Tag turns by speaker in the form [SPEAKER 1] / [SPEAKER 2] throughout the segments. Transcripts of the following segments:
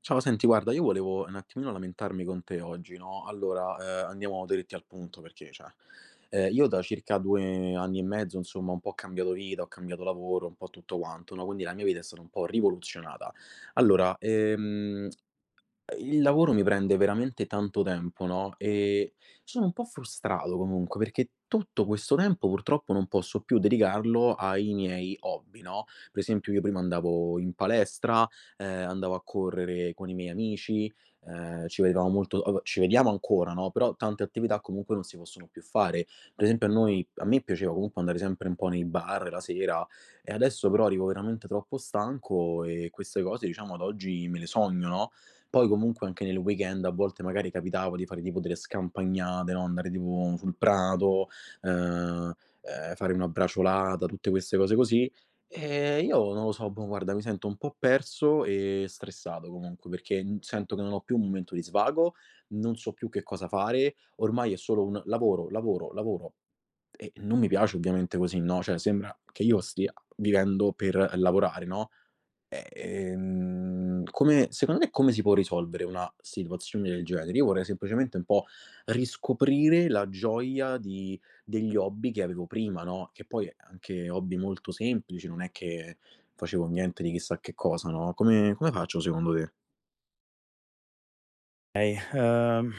[SPEAKER 1] Ciao, senti, guarda, io volevo un attimino lamentarmi con te oggi, no? Allora, andiamo diretti al punto perché, cioè, io da circa due anni e mezzo, insomma, un po' ho cambiato vita, ho cambiato lavoro, un po' tutto quanto, no? Quindi la mia vita è stata un po' rivoluzionata. Allora, il lavoro mi prende veramente tanto tempo, no, sono un po' frustrato comunque, perché tutto questo tempo purtroppo non posso più dedicarlo ai miei hobby, no, per esempio io prima andavo in palestra, andavo a correre con i miei amici, ci vedevamo molto, vabbè, ci vediamo ancora, no, però tante attività comunque non si possono più fare. Per esempio a me piaceva comunque andare sempre un po' nei bar la sera e adesso però arrivo veramente troppo stanco e queste cose diciamo ad oggi me le sogno, no, poi comunque anche nel weekend a volte magari capitava di fare tipo delle scampagnate, no, andare tipo sul prato, ehm, fare una braciolata, tutte queste cose così. E io non lo so, boh, guarda, mi sento un po' perso e stressato comunque, perché sento che non ho più un momento di svago, non so più che cosa fare, ormai è solo un lavoro, lavoro, lavoro e non mi piace ovviamente così, no, cioè sembra che io stia vivendo per lavorare, no? Come secondo te come si può risolvere una situazione del genere? Io vorrei semplicemente un po' riscoprire la gioia di degli hobby che avevo prima, no, che poi anche hobby molto semplici, non è che facevo niente di chissà che cosa, no, come faccio secondo te?
[SPEAKER 2] Okay,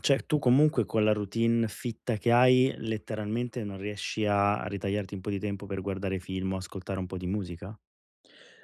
[SPEAKER 2] cioè tu comunque con la routine fitta che hai, letteralmente non riesci a ritagliarti un po' di tempo per guardare film o ascoltare un po' di musica?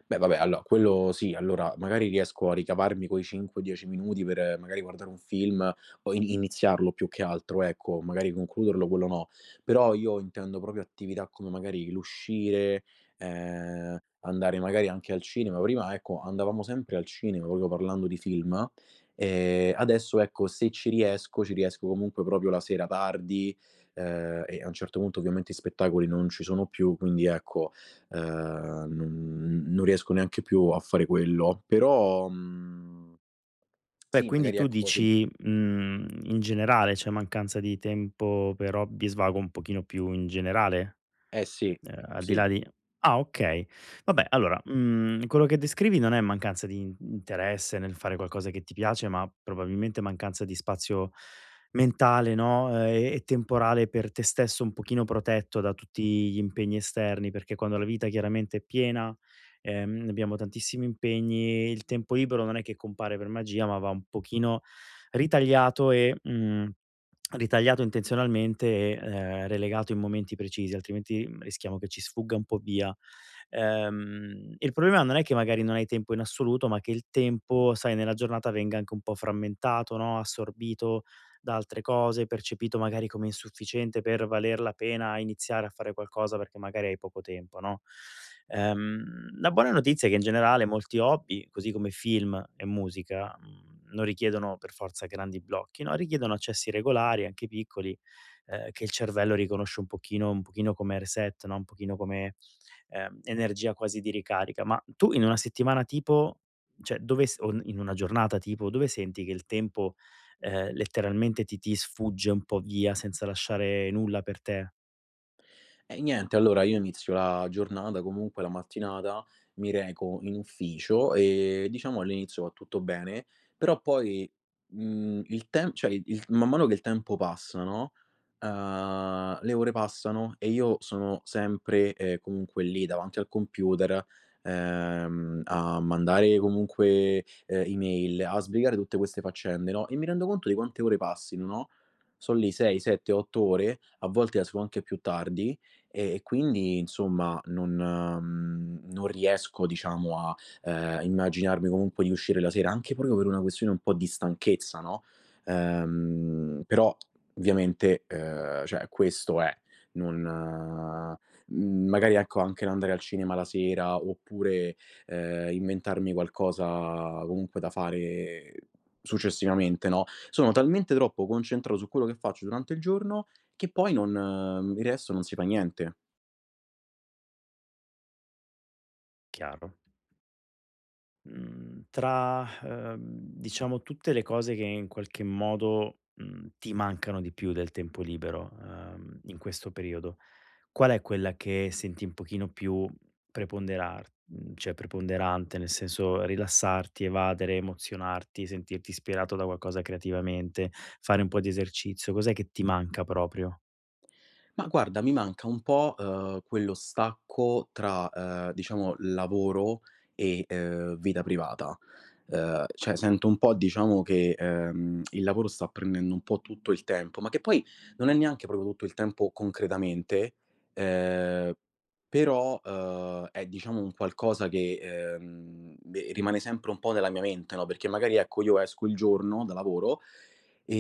[SPEAKER 1] Beh, vabbè, allora quello sì, allora magari riesco a ricavarmi quei 5, 10 minuti per magari guardare un film o in iniziarlo più che altro, ecco, magari concluderlo quello no. Però io intendo proprio attività come magari l'uscire, andare magari anche al cinema. Prima, ecco, andavamo sempre al cinema, proprio parlando di film, adesso ecco, se ci riesco, ci riesco comunque proprio la sera tardi, e a un certo punto ovviamente i spettacoli non ci sono più, quindi ecco. Non riesco neanche più a fare quello, però,
[SPEAKER 2] Beh,
[SPEAKER 1] sì
[SPEAKER 2] quindi
[SPEAKER 1] magari
[SPEAKER 2] tu
[SPEAKER 1] ecco se
[SPEAKER 2] dici, mhmm, in generale, cioè mancanza di tempo per hobby e svago un pochino più in generale?
[SPEAKER 1] eh sì,
[SPEAKER 2] Al di
[SPEAKER 1] sì.
[SPEAKER 2] là di ah okay. Vabbè allora, mhmm, quello che descrivi non è mancanza di in interesse nel fare qualcosa che ti piace, ma probabilmente mancanza di spazio mentale, no, e temporale per te stesso un pochino protetto da tutti gli impegni esterni, perché quando la vita chiaramente è piena, abbiamo tantissimi impegni, il tempo libero non è che compare per magia, ma va un pochino ritagliato e, mhmm. Ritagliato intenzionalmente e, relegato in momenti precisi, altrimenti, mhmm, rischiamo che ci sfugga un po' via. Il problema non è che magari non hai tempo in assoluto, ma che il tempo, sai, nella giornata venga anche un po' frammentato, no, assorbito da altre cose, percepito magari come insufficiente per valer la pena iniziare a fare qualcosa perché magari hai poco tempo, no? La buona notizia è che in generale molti hobby, così come film e musica, mhmm, non richiedono per forza grandi blocchi, no, richiedono accessi regolari, anche piccoli, che il cervello riconosce un pochino come reset, no, un pochino come, energia quasi di ricarica. Ma tu in una settimana tipo, cioè dove s o in una giornata tipo, dove senti che il tempo letteralmente ti sfugge un po' via senza lasciare nulla per te.
[SPEAKER 1] E niente, allora io inizio la giornata, comunque la mattinata, mi reco in ufficio e diciamo all'inizio va tutto bene, però poi, mhmm, il tem cioè il- man mano che il tempo passa, no, le ore passano e io sono sempre, comunque lì davanti al computer, a mandare comunque email, a sbrigare tutte queste faccende, no, e mi rendo conto di quante ore passino, no, son lì 6, 7, 8 ore, a volte esco anche più tardi e quindi insomma non riesco diciamo a, immaginarmi comunque di uscire la sera, anche proprio per una questione un po' di stanchezza, no, però ovviamente, cioè questo è, non mhmm, magari ecco anche l'andare al cinema la sera oppure, inventarmi qualcosa comunque da fare successivamente, no, sono talmente troppo concentrato su quello che faccio durante il giorno che poi non il resto non si fa niente.
[SPEAKER 2] Chiaro. Mhmm, tra, diciamo tutte le cose che in qualche modo, mhmm, ti mancano di più del tempo libero, in questo periodo, qual è quella che senti un pochino più preponderar mhmm, cioè preponderante, nel senso rilassarti, evadere, emozionarti, sentirti ispirato da qualcosa creativamente, fare un po' di esercizio? Cos'è che ti manca proprio?
[SPEAKER 1] Ma guarda, mi manca un po', quello stacco tra, diciamo lavoro e, vita privata. Cioè sento un po' diciamo che, il lavoro sta prendendo un po' tutto il tempo, ma che poi non è neanche proprio tutto il tempo concretamente, ehm, però, è diciamo un qualcosa che, beh, rimane sempre un po' nella mia mente, no, perché magari ecco io esco il giorno da lavoro e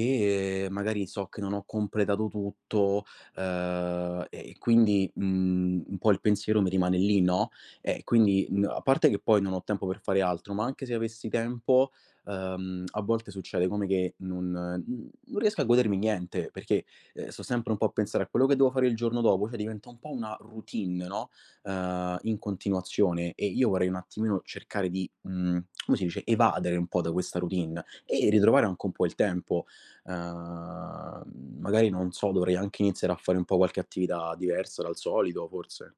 [SPEAKER 1] magari so che non ho completato tutto. E quindi, un po' il pensiero mi rimane lì, no, e quindi n a parte che poi non ho tempo per fare altro, ma anche se avessi tempo, a volte succede come che non riesco a godermi niente, perché, sto sempre un po' a pensare a quello che devo fare il giorno dopo, cioè diventa un po' una routine, no, in continuazione e io vorrei un attimino cercare di, come si dice, evadere un po' da questa routine e ritrovare anche un po' il tempo. Magari non so, dovrei anche iniziare a fare un po' qualche attività diversa dal solito forse.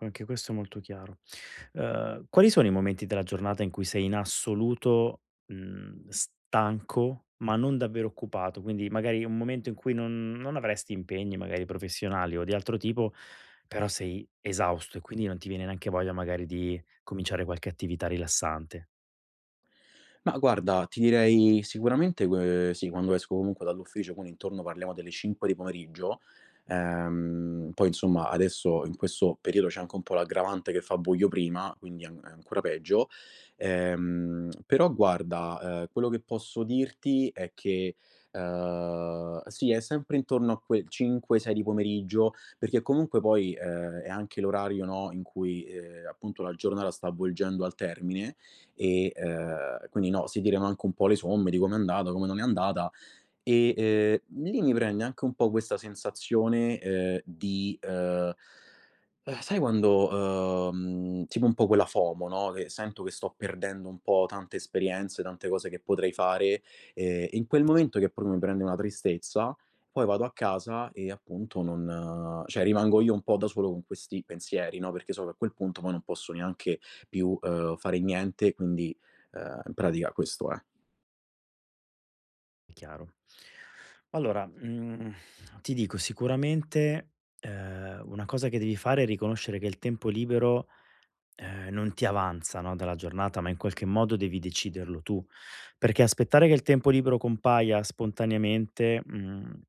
[SPEAKER 2] Anche questo è molto chiaro. Quali sono i momenti della giornata in cui sei in assoluto, mhmm, stanco, ma non davvero occupato? Quindi magari un momento in cui non avresti impegni magari professionali o di altro tipo, però sei esausto e quindi non ti viene neanche voglia magari di cominciare qualche attività rilassante,
[SPEAKER 1] Ma guarda, ti direi sicuramente que sì, quando esco comunque dall'ufficio, quindi intorno parliamo delle 5 di pomeriggio, poi insomma adesso in questo periodo c'è anche un po' l'aggravante che fa buio prima, quindi an è ancora peggio. Però guarda, quello che posso dirti è che, sì, è sempre intorno a quel 5, 6 di pomeriggio, perché comunque poi, è anche l'orario, no, in cui, appunto la giornata sta avvolgendo al termine, e, quindi no, si tirano anche un po' le somme di com'è andata, come non è andata e, lì mi prende anche un po' questa sensazione, di, sai quando, tipo un po' quella FOMO, no, che sento che sto perdendo un po' tante esperienze, tante cose che potrei fare, in quel momento che proprio mi prende una tristezza, poi vado a casa e appunto non cioè rimango io un po' da solo con questi pensieri, no, perché so che a quel punto poi non posso neanche più, fare niente, quindi, in pratica questo è.
[SPEAKER 2] è chiaro. Allora, mhmm, ti dico sicuramente, una cosa che devi fare è riconoscere che il tempo libero non ti avanza, no, dalla giornata, ma in qualche modo devi deciderlo tu, perché aspettare che il tempo libero compaia spontaneamente, mhmm,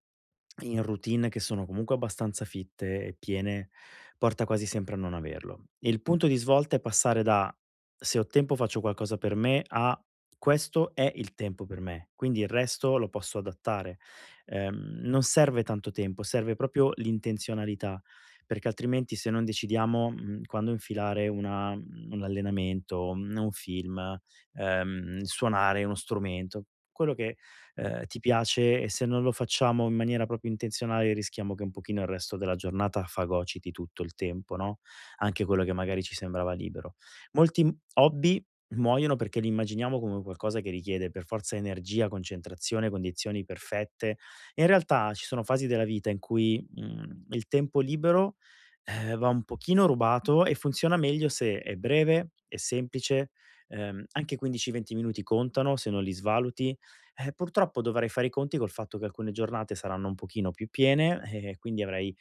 [SPEAKER 2] in routine che sono comunque abbastanza fitte e piene, porta quasi sempre a non averlo. Il punto di svolta è passare da: "Se ho tempo faccio qualcosa per me" a: "Questo è il tempo per me, quindi il resto lo posso adattare". Non serve tanto tempo, serve proprio l'intenzionalità, perché altrimenti se non decidiamo, mhmm, quando infilare una mhmm, un allenamento, un film, suonare uno strumento, quello che ti piace, e se non lo facciamo in maniera proprio intenzionale rischiamo che un pochino il resto della giornata fagociti tutto il tempo, no, anche quello che magari ci sembrava libero. Molti, mhmm, hobby muoiono perché li immaginiamo come qualcosa che richiede per forza energia, concentrazione, condizioni perfette. E in realtà ci sono fasi della vita in cui, mhmm, il tempo libero, va un pochino rubato e funziona meglio se è breve, è semplice, anche 15, 20 minuti contano se non li svaluti, purtroppo dovrei fare i conti col fatto che alcune giornate saranno un pochino più piene e quindi avrai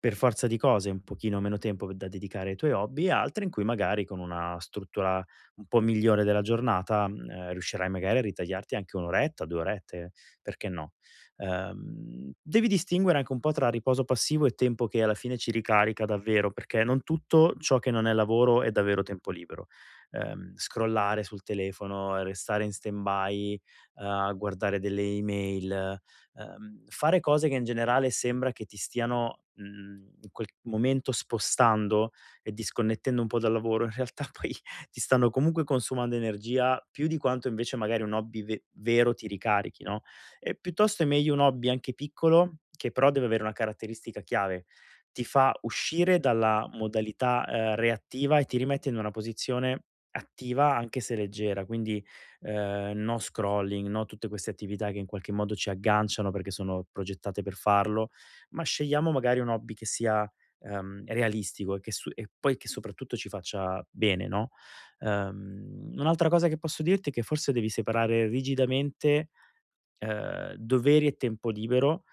[SPEAKER 2] per forza di cose un pochino meno tempo da dedicare ai tuoi hobby e altre in cui magari con una struttura un po' migliore della giornata, mhmm, riuscirai magari a ritagliarti anche 1 oretta, 2 orette, perché no. Devi distinguere anche un po' tra riposo passivo e tempo che alla fine ci ricarica davvero, perché non tutto ciò che non è lavoro è davvero tempo libero. Scrollare sul telefono, restare in stand by, guardare delle email, fare cose che in generale sembra che ti stiano, mhmm, in quel momento spostando e disconnettendo un po' dal lavoro, in realtà poi ti stanno comunque consumando energia più di quanto invece magari un hobby ve vero ti ricarichi, no, e piuttosto è meglio un hobby anche piccolo, che però deve avere una caratteristica chiave: ti fa uscire dalla modalità, reattiva e ti rimette in una posizione attiva anche se leggera, quindi no scrolling, no tutte queste attività che in qualche modo ci agganciano perché sono progettate per farlo, ma scegliamo magari un hobby che sia realistico e, che su- e poi che soprattutto ci faccia bene, no? Un'altra cosa che posso dirti è che forse devi separare rigidamente doveri e tempo libero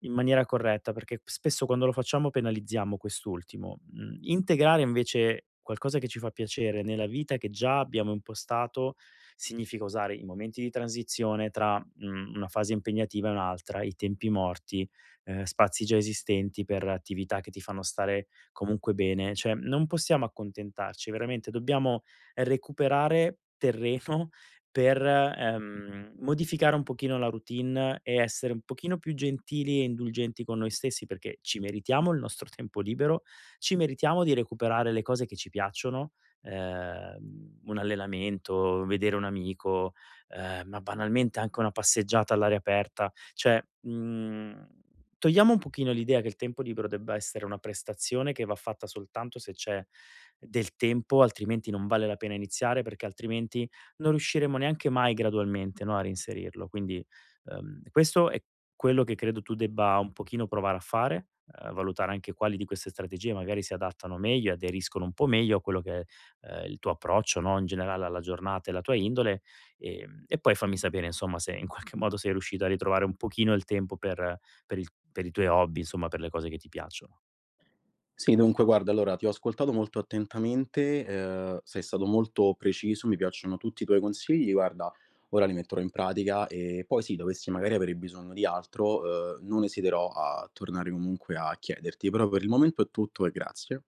[SPEAKER 2] in maniera corretta, perché spesso quando lo facciamo penalizziamo quest'ultimo. Mhmm, integrare invece qualcosa che ci fa piacere nella vita che già abbiamo impostato, significa usare i momenti di transizione tra, mhmm, una fase impegnativa e un'altra, i tempi morti, spazi già esistenti per attività che ti fanno stare comunque bene. Cioè, non possiamo accontentarci, veramente dobbiamo recuperare terreno per, modificare un pochino la routine e essere un pochino più gentili e indulgenti con noi stessi, perché ci meritiamo il nostro tempo libero, ci meritiamo di recuperare le cose che ci piacciono, un allenamento, vedere un amico, ma banalmente anche una passeggiata all'aria aperta. Cioè, mhmm, togliamo un pochino l'idea che il tempo libero debba essere una prestazione che va fatta soltanto se c'è del tempo, altrimenti non vale la pena iniziare, perché altrimenti non riusciremo neanche mai gradualmente, no, a reinserirlo. Quindi, questo è quello che credo tu debba un pochino provare a fare, valutare anche quali di queste strategie magari si adattano meglio e aderiscono un po' meglio a quello che è, il tuo approccio, no, in generale alla giornata e la tua indole, e poi fammi sapere insomma se in qualche modo sei riuscito a ritrovare un pochino il tempo per il per i tuoi hobby, insomma per le cose che ti piacciono.
[SPEAKER 1] Sì, dunque guarda, allora ti ho ascoltato molto attentamente, sei stato molto preciso, mi piacciono tutti i tuoi consigli, guarda, ora li metterò in pratica e poi sì, dovessi magari avere bisogno di altro, non esiterò a tornare comunque a chiederti, però per il momento è tutto e grazie.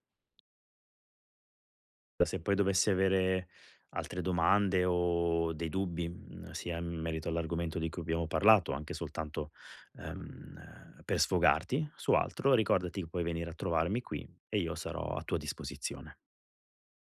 [SPEAKER 2] Se poi dovessi avere altre domande o dei dubbi, mhmm, sia in merito all'argomento di cui abbiamo parlato, anche soltanto, per sfogarti su altro, ricordati che puoi venire a trovarmi qui e io sarò a tua disposizione.